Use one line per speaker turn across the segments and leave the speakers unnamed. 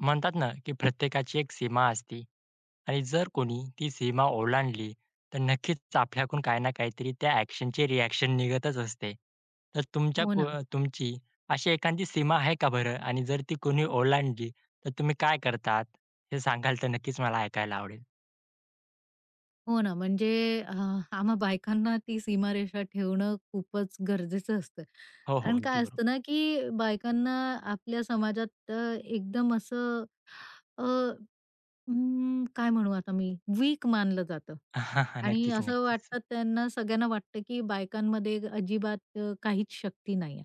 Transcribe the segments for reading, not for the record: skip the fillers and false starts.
म्हणतात ना, की प्रत्येकाची एक सीमा असते आणि जर कोणी ती सीमा ओलांडली, तर नक्कीच आपल्याकडून काही ना काहीतरी त्या ॲक्शनची रिॲक्शन निघतच असते. तर तुमच्या
हो
को
ना,
तुमची अशी एखादी सीमा आहे का बरं? आणि जर ती कोणी ओलांडली, तर तुम्ही काय करतात? हे सांगाल तर नक्कीच मला ऐकायला आवडेल.
हो ना. म्हणजे अ, आम्हा बायकांना ती सीमारेषा ठेवणं खूपच गरजेचं असतं.
हो, हो.
कारण
अगदी
काय असतं
बरोबर.
ना, की बायकांना आपल्या समाजात एकदम असं अ, काय म्हणू आता मी वीक मानलं जातं. आणि
नक्कीच,
असं
नक्कीच.
वाटतं त्यांना सगळ्यांना वाटतं, की बायकांमध्ये अजिबात काहीच शक्ती नाहीये.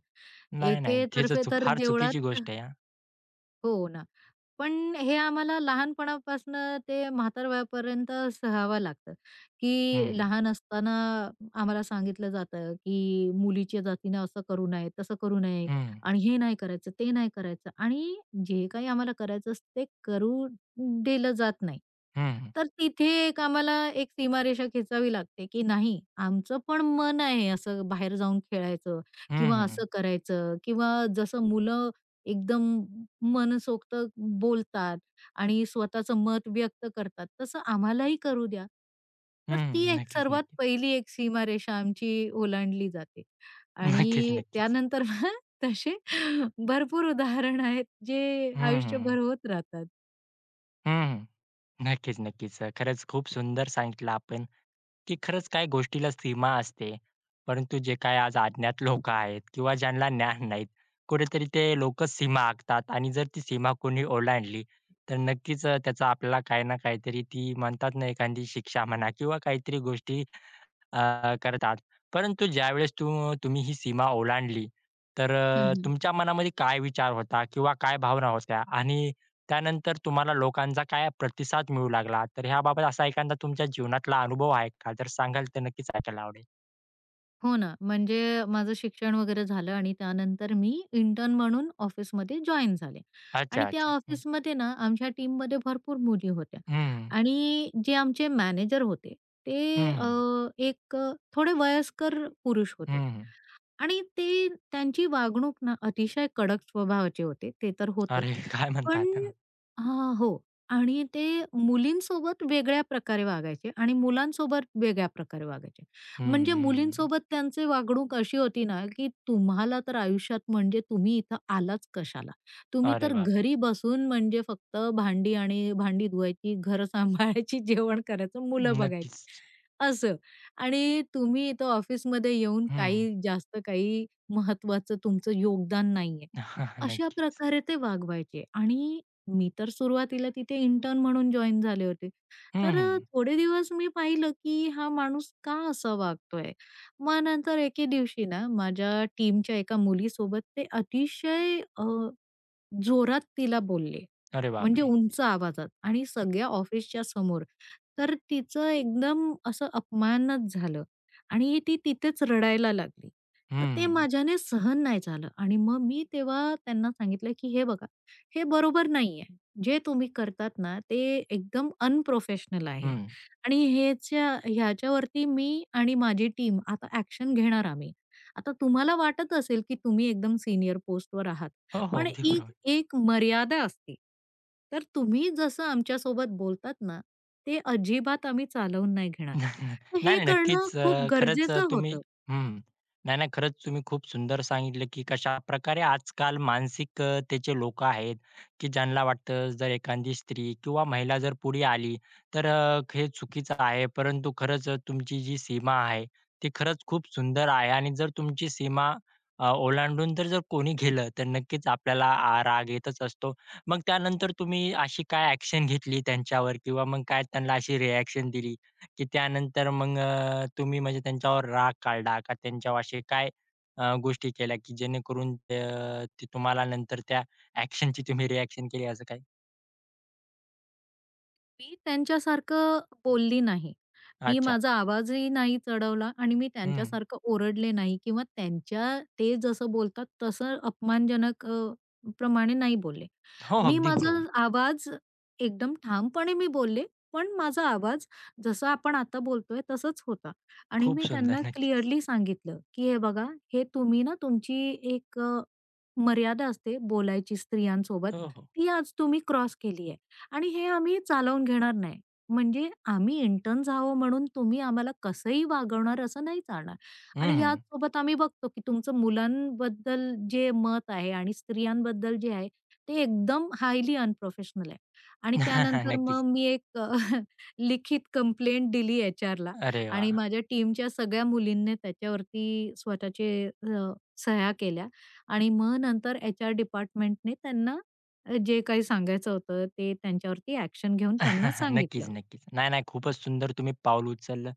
नाही, नाही. ते तर
एकेतर्फे
चूक
तर
फार चुकीची
देवळात
गोष्ट आहे हां.
हो ना. पण हे आम्हाला लहानपणापासनं ते म्हातार वयापर्यंत सहावं लागतं, की
हं,
लहान असताना आम्हाला सांगितलं जातं, की मुलीच्या जातीनं असं करू नये, तसं करू नये
हं,
आणि हे नाही करायचं, ते नाही करायचं आणि जे काही आम्हाला करायचं असतं ते करू दिलं जात नाही.
हं,
तर तिथे एक आम्हाला एक सीमारेषा खेचावी लागते, की नाही आमचं पण मन आहे असं बाहेर जाऊन खेळायचं
हं,
किंवा
हं,
असं करायचं किंवा जसं मुलं एकदम मनसोक्त बोलतात आणि स्वतःचं मत व्यक्त करतात, तसं आम्हालाही करू द्या. तर
हं,
ती एक
नक्कीच,
सर्वात
नक्कीच.
पहिली एक सीमारेषा आमची ओलांडली जाते
नक्कीच,
आणि
नक्कीच.
त्यानंतर मग तसे भरपूर उदाहरण आहेत, जे
हं, हं,
आयुष्यभर होत राहतात.
हं. नक्कीच, नक्कीच. खरंच खूप सुंदर सांगितलं आपण, की खरंच काय गोष्टीला सीमा असते. परंतु जे काही आज अज्ञात लोकं आहेत किंवा ज्यांना ज्ञान नाहीत, कुठेतरी ते लोकं सीमा आखतात आणि जर ती सीमा कोणी ओलांडली, तर नक्कीच, त्याचा आपल्याला काही ना काहीतरी ती म्हणतात ना, एखादी शिक्षा म्हणा किंवा काहीतरी गोष्टी करतात. परंतु ज्यावेळेस तुम्ही ही सीमा ओलांडली, तर तुमच्या मनामध्ये काय विचार होता किंवा काय भावना होत्या? आणि त्यानंतर तुम्हाला लोकांचा काय प्रतिसाद मिळू लागला? तर ह्याबाबत असा एखादा तुमच्या जीवनातला अनुभव आहे का? जर सांगाल तर नक्कीच ऐकायला आवडेल.
हो ना, म्हणजे माझं शिक्षण वगैरे झालं आणि त्यानंतर मी इंटर्न म्हणून ऑफिसमध्ये जॉइन झाले आणि
अच्छा,
त्या
अच्छा. हं.
ऑफिसमध्ये ना, आमच्या टीममध्ये भरपूर मुली होत्या
हं,
आणि जे आमचे मॅनेजर होते
हं,
ते
हं.
थोडे वयस्कर पुरुष होते. आणि ते त्यांची वागणूक ना अतिशय कडक स्वभावाचे होते. ते तर होतच.
अरे काय
पण
म्हणतात? हं,
हां, हो. आणि ते मुलींसोबत वेगळ्या प्रकारे वागायचे आणि मुलांसोबत वेगळ्या प्रकारे वागायचे. म्हणजे
हं.
मुलींसोबत त्यांची वागणूक अशी होती ना, की तुम्हाला तर आयुष्यात म्हणजे तुम्ही इथं आलाच कशाला? तुम्ही
अरे
तर
बापरे!
घरी बसून म्हणजे फक्त भांडी आणि भांडी धुवायची, घरं सांभाळायची, जेवण करायचं, मुलं बघायची,
नक्कीच.
असं. आणि तुम्ही इथं ऑफिसमध्ये येऊन
हं.
काही जास्त काही महत्वाचं तुमचं योगदान नाहीये. अशा
नक्कीच.
प्रकारे ते वागवायचे आणि मी तर सुरुवातीला तिथे इंटर्न म्हणून जॉइन झाले होते.
हं,
तर
हं.
थोडे दिवस मी पाहिलं की हा माणूस का असा वागतोय? मग नंतर एके दिवशी ना माझ्या टीमच्या एका मुलीसोबत ते अतिशय जोरात तिला बोलले.
अरे
म्हणजे
बापरे!
उंच आवाजात आणि सगळ्या ऑफिसच्या समोर. तर तिचं एकदम असं अपमानच झालं आणि ती तिथेच रडायला लागली. तर ते
हं,
माझ्याने सहन नाही झालं आणि मग मी तेव्हा त्यांना सांगितलं, की "हे बघा, हे बरोबर नाहीये. जे तुम्ही करतात ना, ते एकदम अनप्रोफेशनल आहे
हं.
आणि ह्याच्यावरती मी आणि माझी टीम आता ॲक्शन घेणार आम्ही. आता तुम्हाला वाटत असेल, की तुम्ही एकदम सीनियर पोस्टवर आहात.
हो, हो.
पण
अगदी बरोबर.
एक एक मर्यादा असते. तर तुम्ही जसं आमच्यासोबत बोलतात ना, ते अजिबात आम्ही चालवून नाही घेणार.
नाही,
तर हे
नाही.
करणं
नक्कीच. अ,
खूप
खरंच अ,
गरजेचं
तुम्ही
होतं.
हं. नाही, नाही. खरंच तुम्ही खूप सुंदर सांगितलं, की कशाप्रकारे आजकाल मानसिकतेचे लोकं आहेत, की ज्यांना वाटतं जर एखादी स्त्री किंवा महिला जर पुढे आली, तर हे चुकीचं आहे. परंतु खरंच तुमची जी सीमा आहे, ती खरंच खूप सुंदर आहे आणि जर तुमची सीमा ओलांडून तर जर कोणी गेलं, तर नक्कीच आपल्याला राग येतच असतो. मग त्यानंतर तुम्ही अशी काय ॲक्शन घेतली त्यांच्यावर किंवा मग काय त्यांना अशी रिॲक्शन दिली? की त्यानंतर मग, तुम्ही म्हणजे त्यांच्यावर राग काढला का त्यांच्यावर असे काय गोष्टी केल्या की जेणेकरून ते तुम्हाला नंतर त्या ॲक्शनची तुम्ही रिएक्शन केली असं काही?
मी त्यांच्यासारखं बोलली नाही. मी
अच्छा.
माझा आवाजही नाही चढवला आणि मी
हं, हं.
त्यांच्यासारखं ओरडले नाही किंवा त्यांच्या ते जसं बोलतात तसं अपमानजनक प्रमाणे नाही बोलले.
हो,
मी
अगदी
माझा
बरोबर.
आवाज एकदम ठामपणे मी बोलले, पण माझा आवाज जसा आपण आता बोलतोय तसाच होता आणि मी
खूप सुंदर.
त्यांना
नक्कीच.
क्लिअरली सांगितलं, की "हे बघा, हे तुम्ही ना तुमची एक मर्यादा असते बोलायची स्त्रियांसोबत,
हो, हो.
ती आज तुम्ही क्रॉस केली आहे आणि हे आम्ही चालवून घेणार नाही. म्हणजे आम्ही इंटर्न्स आहोत म्हणून तुम्ही आम्हाला कसंही वागवणार असं नाही चालणार आणि
हं,
याचसोबत आम्ही बघतो, की तुमचं मुलांबद्दल जे मत आहे आणि स्त्रियांबद्दल जे आहे, ते एकदम हायली अनप्रोफेशनल आहे आणि त्यानंतर
नक्कीच.
मग मी एक लिखित कंप्लेंट दिली एचआरला
अरे
आणि
वाह!
माझ्या टीमच्या सगळ्या मुलींनी त्याच्यावरती स्वतःचे अ, सह्या केल्या आणि मग नंतर एचआर डिपार्टमेंटने त्यांना जे काही सांगायचं होतं ते त्यांच्यावरती ॲक्शन घेऊन त्यांना
नक्कीच,
सांगितलं.
नक्कीच. नाही, नाही. खूपच सुंदर तुम्ही पाऊल उचललं.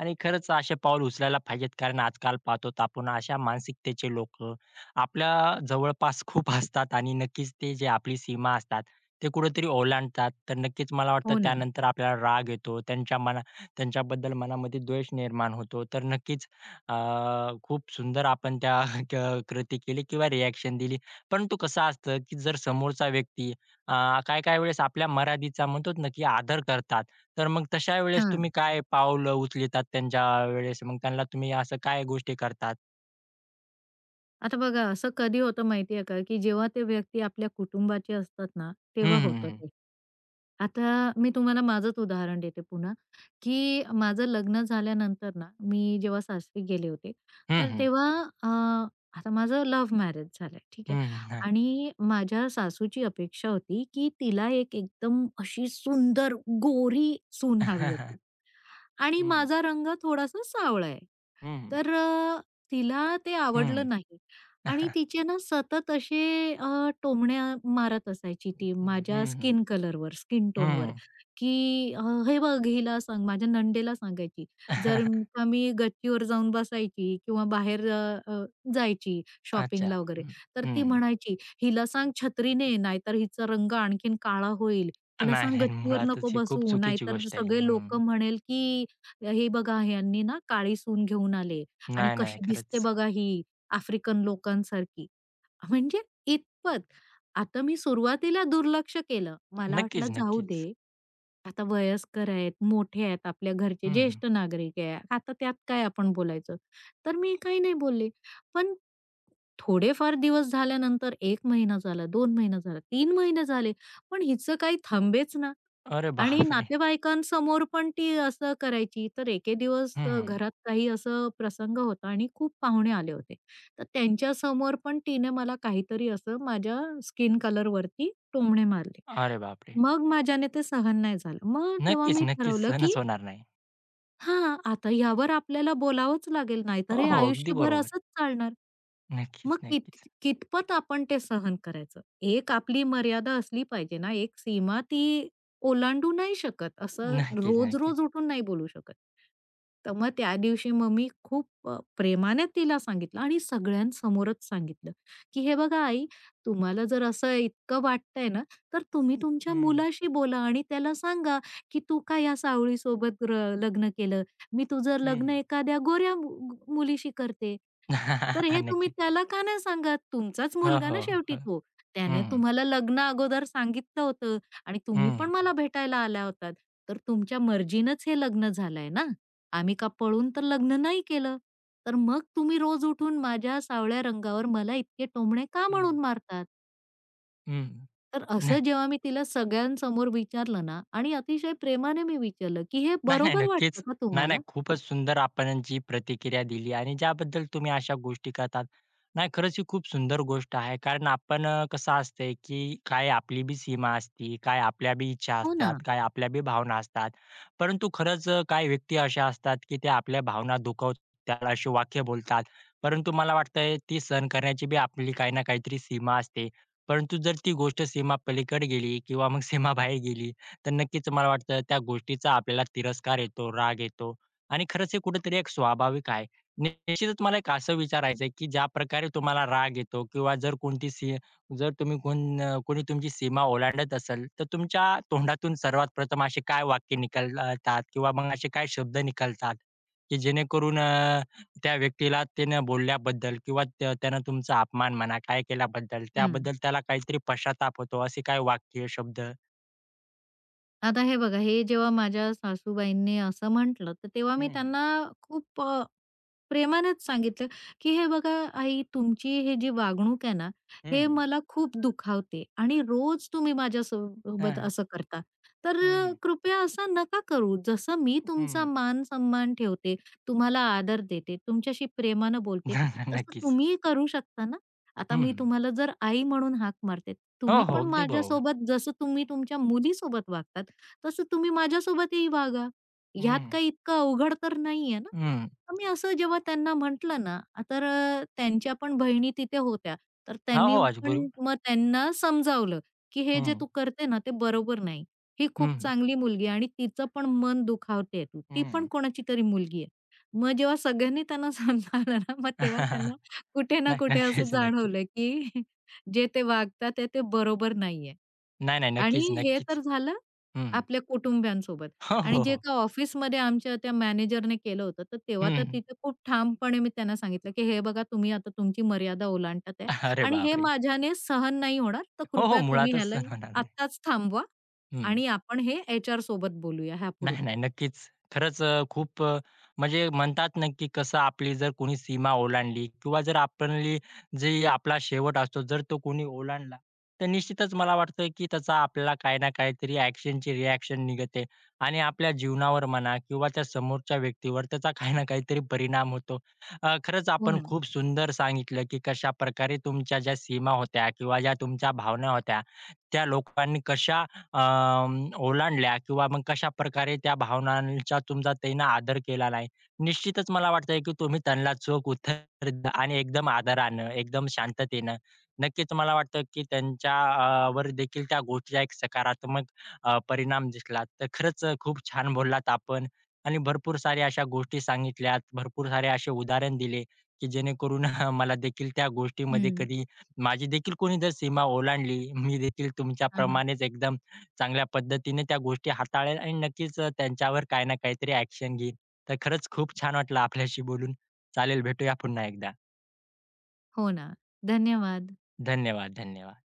आणि खरंच असे पाऊल उचलायला पाहिजेत, कारण आजकाल पाहतो आपण अशा मानसिकतेचे लोकं आपल्या जवळपास खूप असतात आणि नक्कीच ते जे आपली सीमा असतात, ते कुठेतरी ओलांडतात. तर नक्कीच मला वाटतं
हो ना.
त्यानंतर आपल्याला राग येतो. त्यांच्याबद्दल मनामध्ये द्वेष निर्माण होतो. तर नक्कीच अ, खूप सुंदर आपण त्या क कृती केली किंवा रिएक्शन दिली. परंतु कसं असतं, की जर समोरचा व्यक्ती अ, काही-काही वेळेस आपल्या मर्यादेचा म्हणतो ना, की आदर करतात. तर मग तशा वेळेस
हां.
तुम्ही काय पाऊल उचलतात त्यांच्या वेळेस? मग त्यांना तुम्ही असं काय गोष्टी करतात?
आता बघा असं कधी होतं माहितीये का, की जेव्हा ते व्यक्ती आपल्या कुटुंबाचे असतात ना,
हं,
तेव्हा
हं,
होतं
हं.
ते. आता मी तुम्हाला माझंच उदाहरण देते पुन्हा, की माझं लग्न झाल्यानंतर ना, मी जेव्हा सासरी गेले होते,
हं,
तर
हं.
तेव्हा अ, आता माझं लव्ह मॅरेज झालंय, ठीक
हं,
आहे.
हं. नाही.
आणि माझ्या सासूची अपेक्षा होती, की तिला एक एकदम अशी सुंदर, गोरी सून हवी होती. आणि
हं, हं.
माझा रंग थोडासा सावळा आहे. तर तिला ते आवडलं नाही आणि तिचे ना सतत असे अ, टोमण्या मारत असायची ती माझ्या स्किन कलरवर, स्किन टोनवर, की "हे बघ, हिला सांग." माझ्या नणंदेला सांगायची. का मी गच्चीवर जाऊन बसायची किंवा बाहेर अ, अ, जायची
अच्छा.
शॉपिंगला वगैरे,
हं,
तर ती
हं.
म्हणायची, "हिला सांग छत्री नाहीतर हिचा रंग आणखीन काळा होईल. हिला
नाही,
सांग
नाही.
गच्चीवर नको
मुळातच ही खूप
बसू,
चुकीची
नाहीतर
गोष्ट आहे.
सगळे
हं.
लोकं म्हणेल की हे बघा यांनी ना काळी सून घेऊन आले आणि
नाही, नाही.
कशी दिसते
खरंच.
बघा ही आफ्रिकन लोकांसारखी. म्हणजे इथपत. आता मी सुरुवातीला दुर्लक्ष केलं. मला वाटलं
नक्कीच,
जाऊ
नक्कीच.
दे, आता वयस्कर आहेत, मोठे आहेत, आपल्या घरचे
हं,
ज्येष्ठ नागरिक आहे. आता त्यात काय आपण बोलायचं. तर मी काही नाही बोलले. पण थोडेफार दिवस झाल्यानंतर 1 महिना झाला, 2 महिना झाला, 3 महिने झाले. पण हिचं काही थांबेच ना.
अरे
आणि
बापरे!
नातेवाईकांसमोर पण ती असं करायची. तर एके दिवस
हं,
घरात काही असं प्रसंग होता आणि खूप पाहुणे आले होते. तर त्यांच्यासमोर पण तिने मला काहीतरी असं माझ्या स्किन कलरवरती टोमणे मारले.
अरे बापरे!
मग माझ्याने ते सहन नाही झालं. मग तेव्हा
नक्कीच,
मी
नक्कीच.
ठरवलं, की
सहनच होणार नाही.
हां, आता यावर आपल्याला बोलावंच लागेल, नाहीतर
हो,
हे
हो. अगदी
आयुष्यभर
बरोबर.
असंच चालणार. मग
नक्कीच,
कित
नक्कीच.
कितपत आपण ते सहन करायचं? एक आपली मर्यादा असली पाहिजे ना, एक सीमा ती ओलांडू नाही शकत. असं
नक्कीच, नक्कीच.
रोज-रोज उठून नाही बोलू शकत. तर मग त्या दिवशी मग मी खूप प्रेमाने तिला सांगितलं आणि सगळ्यांसमोरच सांगितलं, की "हे बघा आई, तुम्हाला जर असं इतकं वाटतंय ना, तर तुम्ही हं.
हं,
तुमच्या
हं.
मुलाशी बोला आणि त्याला सांगा, की तू का या सावळीसोबत र लग्न केलं? मी तुझं लग्न
हं.
एखाद्या गोऱ्या मु मुलीशी करते. तर हे तुम्ही
नक्की.
त्याला का नाही सांगत? तुमचाच
हो,
मुलगा
हो,
ना शेवटी
हो.
तो. त्याने
हं,
तुम्हाला लग्नाअगोदर सांगितलं होतं आणि तुम्ही
हं.
पण मला भेटायला आल्या होतात. तर तुमच्या मर्जीनंच हे लग्न झालंय ना. आम्ही का पळून तर लग्न नाही केलं. तर मग तुम्ही रोज उठून माझ्या सावळ्या रंगावर मला इतके टोमणे का
हं.
म्हणून मारतात? तर
हं.
असं जेव्हा मी तिला सगळ्यांसमोर विचारलं ना आणि अतिशय प्रेमाने मी विचारलं, की "हे
नाही, नाही.
बरोबर
नक्कीच.
वाटतं का
नाही,
तुम्हाला?"
नाही. खूपच सुंदर आपण जी प्रतिक्रिया दिली आणि ज्याबद्दल तुम्ही अशा गोष्टी करतात. नाही, खरंच ही खूप सुंदर गोष्ट आहे. कारण आपण कसं असतंय, की काय आपली बी सीमा असते, काय आपल्या बी इच्छा
हो ना.
असतात, काय आपल्या बी भावना असतात. परंतु खरंच, काही व्यक्ती अशा असतात, की त्या आपल्या भावना दुखवतात अशी वाक्य बोलतात. परंतु मला वाटतंय ती सहन करण्याची बी आपली काही ना काहीतरी सीमा असते. परंतु जर ती गोष्ट सीमा पलीकडे गेली किंवा मग सीमाबाहेर गेली, तर नक्कीच मला वाटतं त्या गोष्टीचा आपल्याला तिरस्कार येतो, राग येतो आणि खरंच हे कुठेतरी एक स्वाभाविक आहे. निश्चितच मला एक असं विचारायचंय, की ज्या प्रकारे तुम्हाला राग येतो किंवा जर तुम्ही कोणी तुमची सीमा ओलांडत असेल, तर तुमच्या तोंडातून सर्वात प्रथम असे काय वाक्य निकालतात किंवा मग असे काय शब्द निकालतात, की जेणेकरून त्या व्यक्तीला त्यानं बोलल्याबद्दल किंवा त्यानं तुमचा अपमान म्हणा, काय केल्याबद्दल
हं.
त्याबद्दल त्याला काहीतरी पश्चाताप होतो, असे काय वाक्य, शब्द?
आता हे बघा, हे जेव्हा माझ्या सासूबाईंनी असं म्हटलं, तर तेव्हा मी त्यांना खूप प्रेमानेच सांगितलं, की "हे बघा आई, तुमची हे जी वागणूक आहे ना,
हं.
हे मला खूप दुखावते आणि रोज तुम्ही माझ्यासोबत
हां.
असं करता. तर
हं, हं.
कृपया असं नका करू. जसं मी तुमचा मान-सन्मान ठेवते, तुम्हाला आदर देते, तुमच्याशी प्रेमानं बोलते, तसं
नक्कीच.
तुम्हीही करू शकता ना? आता मी
हं,
तुम्हाला जर आई म्हणून हाक मारते,
हो,
तुम्ही
हो.
पण
अगदी बरोबर.
माझ्यासोबत जसं तुम्ही तुमच्या मुलीसोबत वागतात, तसं तुम्ही माझ्यासोबतही वागा. ह्यात
हं.
काही इतकं अवघड तर नाहीये ना?"
हं.
तर मी असं जेव्हा त्यांना म्हटलं ना, तर त्यांच्या पण बहिणी तिथे होत्या. तर
हो,
त्यांनी
हो. आज
पण
बरोबर.
मग त्यांना समजावलं, की "हे जे
हं.
तू करते ना, ते बरोबर नाही. ही
हं,
खूप
हं.
चांगली मुलगी आहे आणि तिचं पण मन दुखावते तू. ती पण कोणाची तरी मुलगी आहे." मग जेव्हा सगळ्यांनी त्यांना समजावलं ना, मग तेव्हा त्यांना कुठे ना
नाही,
कुठे असं
नक्कीच, नक्कीच.
जाणवलं, की जे ते वागतात आहे ते बरोबर नाहीये.
नाही, नाही.
आणि
नक्कीच,
हे
नक्कीच.
तर झालं
हं.
आपल्या कुटुंबियांसोबत.
हो,
आणि
हो,
जे
हो.
एका ऑफिसमध्ये आमच्या त्या मॅनेजरने केलं होतं, तर तेव्हा तर
हं.
तिथे खूप ठामपणे मी त्यांना सांगितलं, की "हे बघा तुम्ही आता तुमची मर्यादा ओलांडतात आहे
अरे
आणि हे
बापरे!
माझ्याने सहन नाही होणार. तर
हो, हो.
कृपया तुम्ही
मुळातच
ह्याला
सण होणार नाही.
आत्ताच थांबवा
हं.
आणि आपण हे एचआर सोबत बोलूया ह्यापुढे."
नाही, नाही. नक्कीच. खरंच खूप, म्हणजे म्हणतात ना, की कसं आपली जर कोणी सीमा ओलांडली किंवा जर आपली जे आपला शेवट असतो, जर तो कोणी ओलांडला, तर निश्चितच मला वाटतं, की त्याचा आपल्याला काही ना काहीतरी ॲक्शनची रिॲक्शन निघते आणि आपल्या जीवनावर म्हणा किंवा त्या समोरच्या व्यक्तीवर त्याचा काही ना काहीतरी परिणाम होतो. खरंच
हो
आपण
ना.
खूप सुंदर सांगितलं, की कशाप्रकारे तुमच्या ज्या सीमा होत्या किंवा ज्या तुमच्या भावना होत्या, त्या लोकांनी कशा ओलांडल्या किंवा मग कशाप्रकारे त्या भावनांचा तुमचा त्यांना आदर केला नाही. निश्चितच मला वाटतंय की तुम्ही त्यांना चोख उत्तर द्या आणि एकदम आदरानं, एकदम शांततेनं. नक्कीच मला वाटतं की त्यांच्या वर देखील त्या गोष्टीचा एक सकारात्मक परिणाम दिसला. तर खरंच खूप छान बोललात आपण आणि भरपूर साऱ्या अशा गोष्टी सांगितल्यात, भरपूर सारे असे उदाहरण दिले, की जेणेकरून मला देखील त्या गोष्टीमध्ये
हं.
कधी माझी देखील कोणी जर सीमा ओलांडली, मी देखील
हां, हां.
तुमच्याप्रमाणेच एकदम चांगल्या पद्धतीने त्या गोष्टी हाताळेल आणि नक्कीच, त्यांच्यावर काही ना काहीतरी ॲक्शन घेईन. तर खरंच खूप छान वाटलं आपल्याशी बोलून. चालेल, भेटूया पुन्हा एकदा.
हो ना. धन्यवाद.
धन्यवाद, धन्यवाद.